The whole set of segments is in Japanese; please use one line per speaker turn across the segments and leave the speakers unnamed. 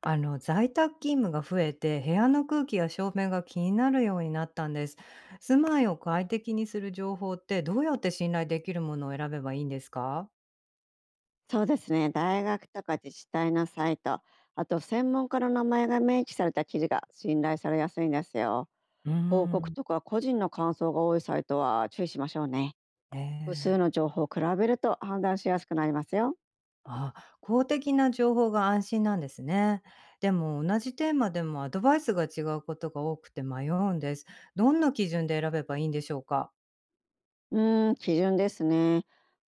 在宅勤務が増えて部屋の空気や照明が気になるようになったんです。住まいを快適にする情報ってどうやって信頼できるものを選べばいいんですか？
そうですね。大学とか自治体のサイト、あと専門家の名前が明記された記事が信頼されやすいんですよ。
うー
広告
ん。
とか個人の感想が多いサイトは注意しましょうね。
ね
複数の
え。
情報を比べると判断しやすくなりますよ。
あ、公的な情報が安心なんですね。でも同じテーマでもアドバイスが違うことが多くて迷うんです。どんな基準で選べばいいんでしょうか？
基準ですね。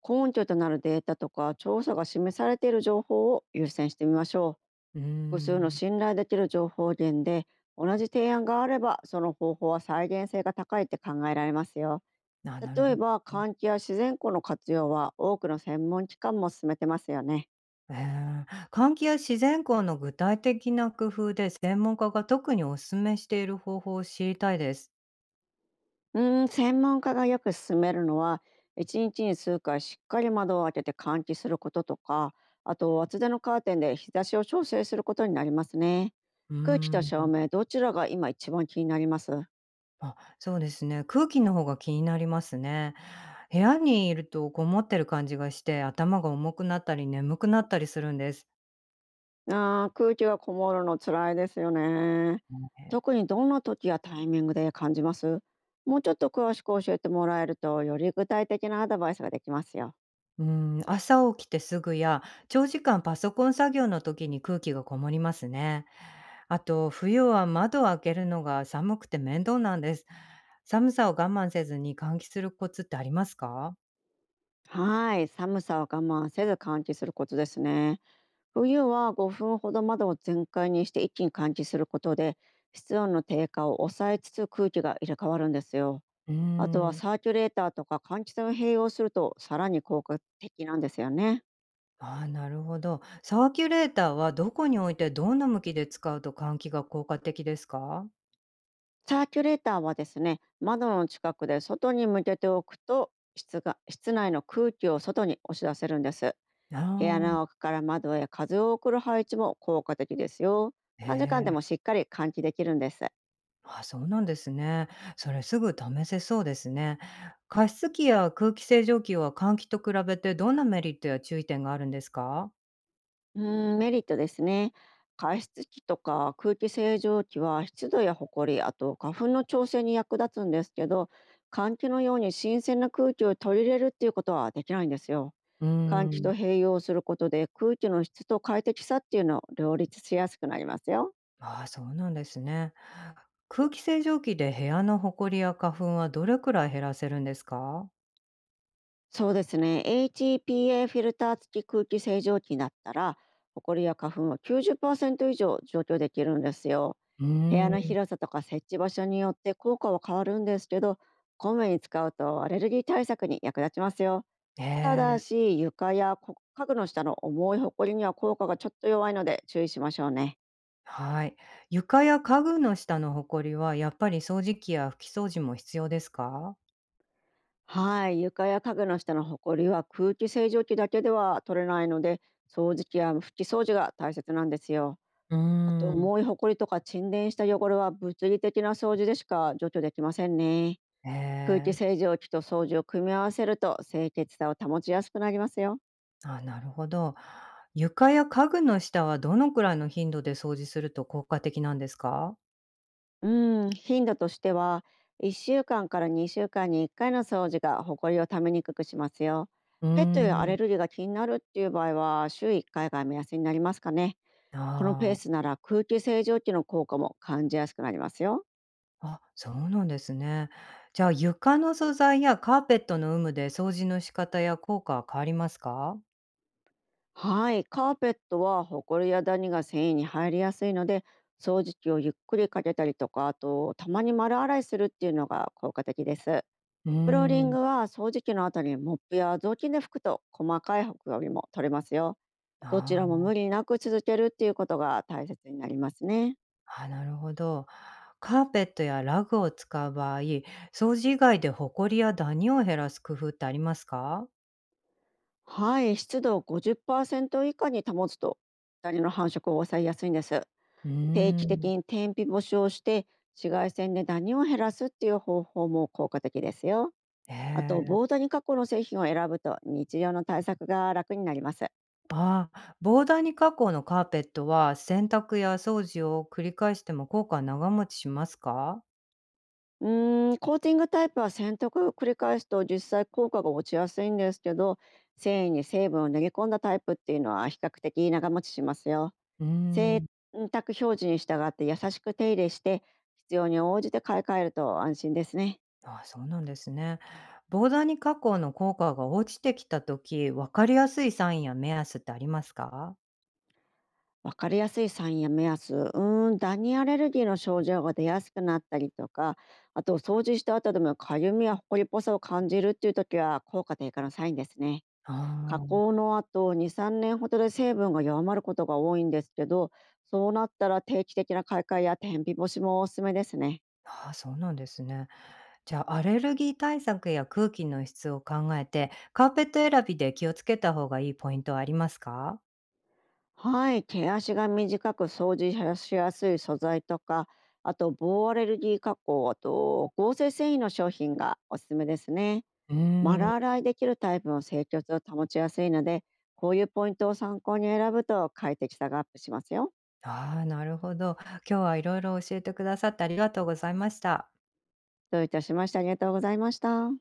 根拠となるデータとか調査が示されている情報を優先してみましょう。
うー
複数の
ん。
信頼できる情報源で同じ提案があれば、その方法は再現性が高いって考えられますよ。
あ、なる
例
ほ
え
ど。
ば、換気や自然光の活用は多くの専門機関も進めてますよね。
ええ、換気や自然光の具体的な工夫で、専門家が特にお勧めしている方法を知りたいです。
専門家がよく勧めるのは、1日に数回しっかり窓を開けて換気することとか、あと厚手のカーテンで日差しを調整することになりますね。
う
空気と
ー
照
ん。
明、どちらが今一番気になります？
あ、そうですね。空気の方が気になりますね。部屋にいるとこもってる感じがして、頭が重くなったり眠くなったりするんです。
あー、空気がこもるの辛いですよね。特にどんな時やタイミングで感じます？もうちょっと詳しく教えてもらえると、より具体的なアドバイスができますよ。
うん、朝起きてすぐや、長時間パソコン作業の時に空気がこもりますね。あと、冬は窓を開けるのが寒くて面倒なんです。寒さを我慢せずに換気するコツってありますか？
はい、寒さを我慢せず換気することですね。冬は5分ほど窓を全開にして一気に換気することで、室温の低下を抑えつつ空気が入れ替わるんですよ。
うー
あとは
ん。
サーキュレーターとか換気扇を併用すると、さらに効果的なんですよね。
ああ、なるほど。サーキュレーターはどこに置いてどんな向きで使うと換気が効果的ですか？
サーキュレーターはですね、窓の近くで外に向けておくと、室内の空気を外に押し出せるんです。
あ
部屋
あー。
の奥から窓へ風を送る配置も効果的ですよ。
へ
短時間
え。
でもしっかり換気できるんです。
あ、そうなんですね。それすぐ試せそうですね。加湿器や空気清浄機は換気と比べてどんなメリットや注意点があるんですか？
メリットですね。加湿器とか空気清浄機は湿度やホコリ、あと花粉の調整に役立つんですけど、換気のように新鮮な空気を取り入れるっていうことはできないんですよ。
うー
換気と
ん。
併用することで、空気の質と快適さっていうのを両立しやすくなりますよ。
ああ、そうなんですね。空気清浄機で部屋のほこりや花粉はどれくらい減らせるんですか？
そうですね。HEPA フィルター付き空気清浄機だったら、ホコリや花粉を90%以上除去できるんですよ。
う
部屋
ー
の
ん。
広さとか設置場所によって効果は変わるんですけど、こまめに使うとアレルギー対策に役立ちますよ。
え
ただ
え。
し、床や家具の下の重いホコリには効果がちょっと弱いので注意しましょうね。
はい。床や家具の下のほこりはやっぱり掃除機や拭き掃除も必要ですか？
はい、床や家具の下のホコリは空気清浄機だけでは取れないので、掃除機や拭き掃除が大切なんですよ。
うー
あと、
ん。
重いほこりとか沈殿した汚れは物理的な掃除でしか除去できませんね。
え
空気
え。
清浄機と掃除を組み合わせると、清潔さを保ちやすくなりますよ。
あ、なるほど。床や家具の下はどのくらいの頻度で掃除すると効果的なんですか？
うん、頻度としては、1週間から2週間に1回の掃除がほこりをためにくくしますよ。
うー
ペットやア
ん。
レルギーが気になるっていう場合は、週1回が目安になりますかね。このペー
あ
ス
あ。
なら空気清浄機の効果も感じやすくなりますよ。
あ、そうなんですね。じゃあ床の素材やカーペットの有無で掃除の仕方や効果は変わりますか？
はい、カーペットはホコリやダニが繊維に入りやすいので、掃除機をゆっくりかけたりとか、あとたまに丸洗いするっていうのが効果的です。
うー
フローリン
ん。
グは掃除機の後にモップや雑巾で拭くと、細かいホコリも取れますよ。どちら
あ
も
あ。
無理なく続けるっていうことが大切になりますね。
あ、なるほど。カーペットやラグを使う場合、掃除以外でホコリやダニを減らす工夫ってありますか？
はい、湿度を50%以下に保つと、ダニの繁殖を抑えやすいんです。
うー
定期的
ん。
に天日干しをして紫外線でダニを減らすっていう方法も効果的ですよ。
え
あと、
え。
ボーニに過去の製品を選ぶと日常の対策が楽になります。
ああ、防ダニ加工のカーペットは洗濯や掃除を繰り返しても効果は長持ちしますか？
コーティングタイプは洗濯を繰り返すと実際効果が落ちやすいんですけど、繊維に成分を投げ込んだタイプっていうのは比較的長持ちしますよ。
うー
洗
ん。
濯表示に従って優しく手入れして、必要に応じて買い替えると安心ですね。
あ、そうなんですね。防ダニ加工の効果が落ちてきたとき、わかりやすいサインや目安ってありますか？
わかりやすいサインや目安、ダニアレルギーの症状が出やすくなったりとか、あと掃除した後でもかゆみや埃っぽさを感じるっていう時は効果低下のサインですね。
あ
加
ー。
工の後2、3年ほどで成分が弱まることが多いんですけど、そうなったら定期的な買い替えや天日干しもおすすめですね。
あー、そうなんですね。じゃあ、アレルギー対策や空気の質を考えて、カーペット選びで気をつけた方がいいポイントはありますか？
はい、毛足が短く掃除しやすい素材とか、あと棒アレルギー加工、あと合成繊維の商品がおすすめですね。
うー
丸
ん。
洗いできるタイプの清潔を保ちやすいので、こういうポイントを参考に選ぶと快適さがアップしますよ。
ああ、なるほど。今日はいろいろ教えてくださってありがとうございました。
どういたしまして、ありがとうございました。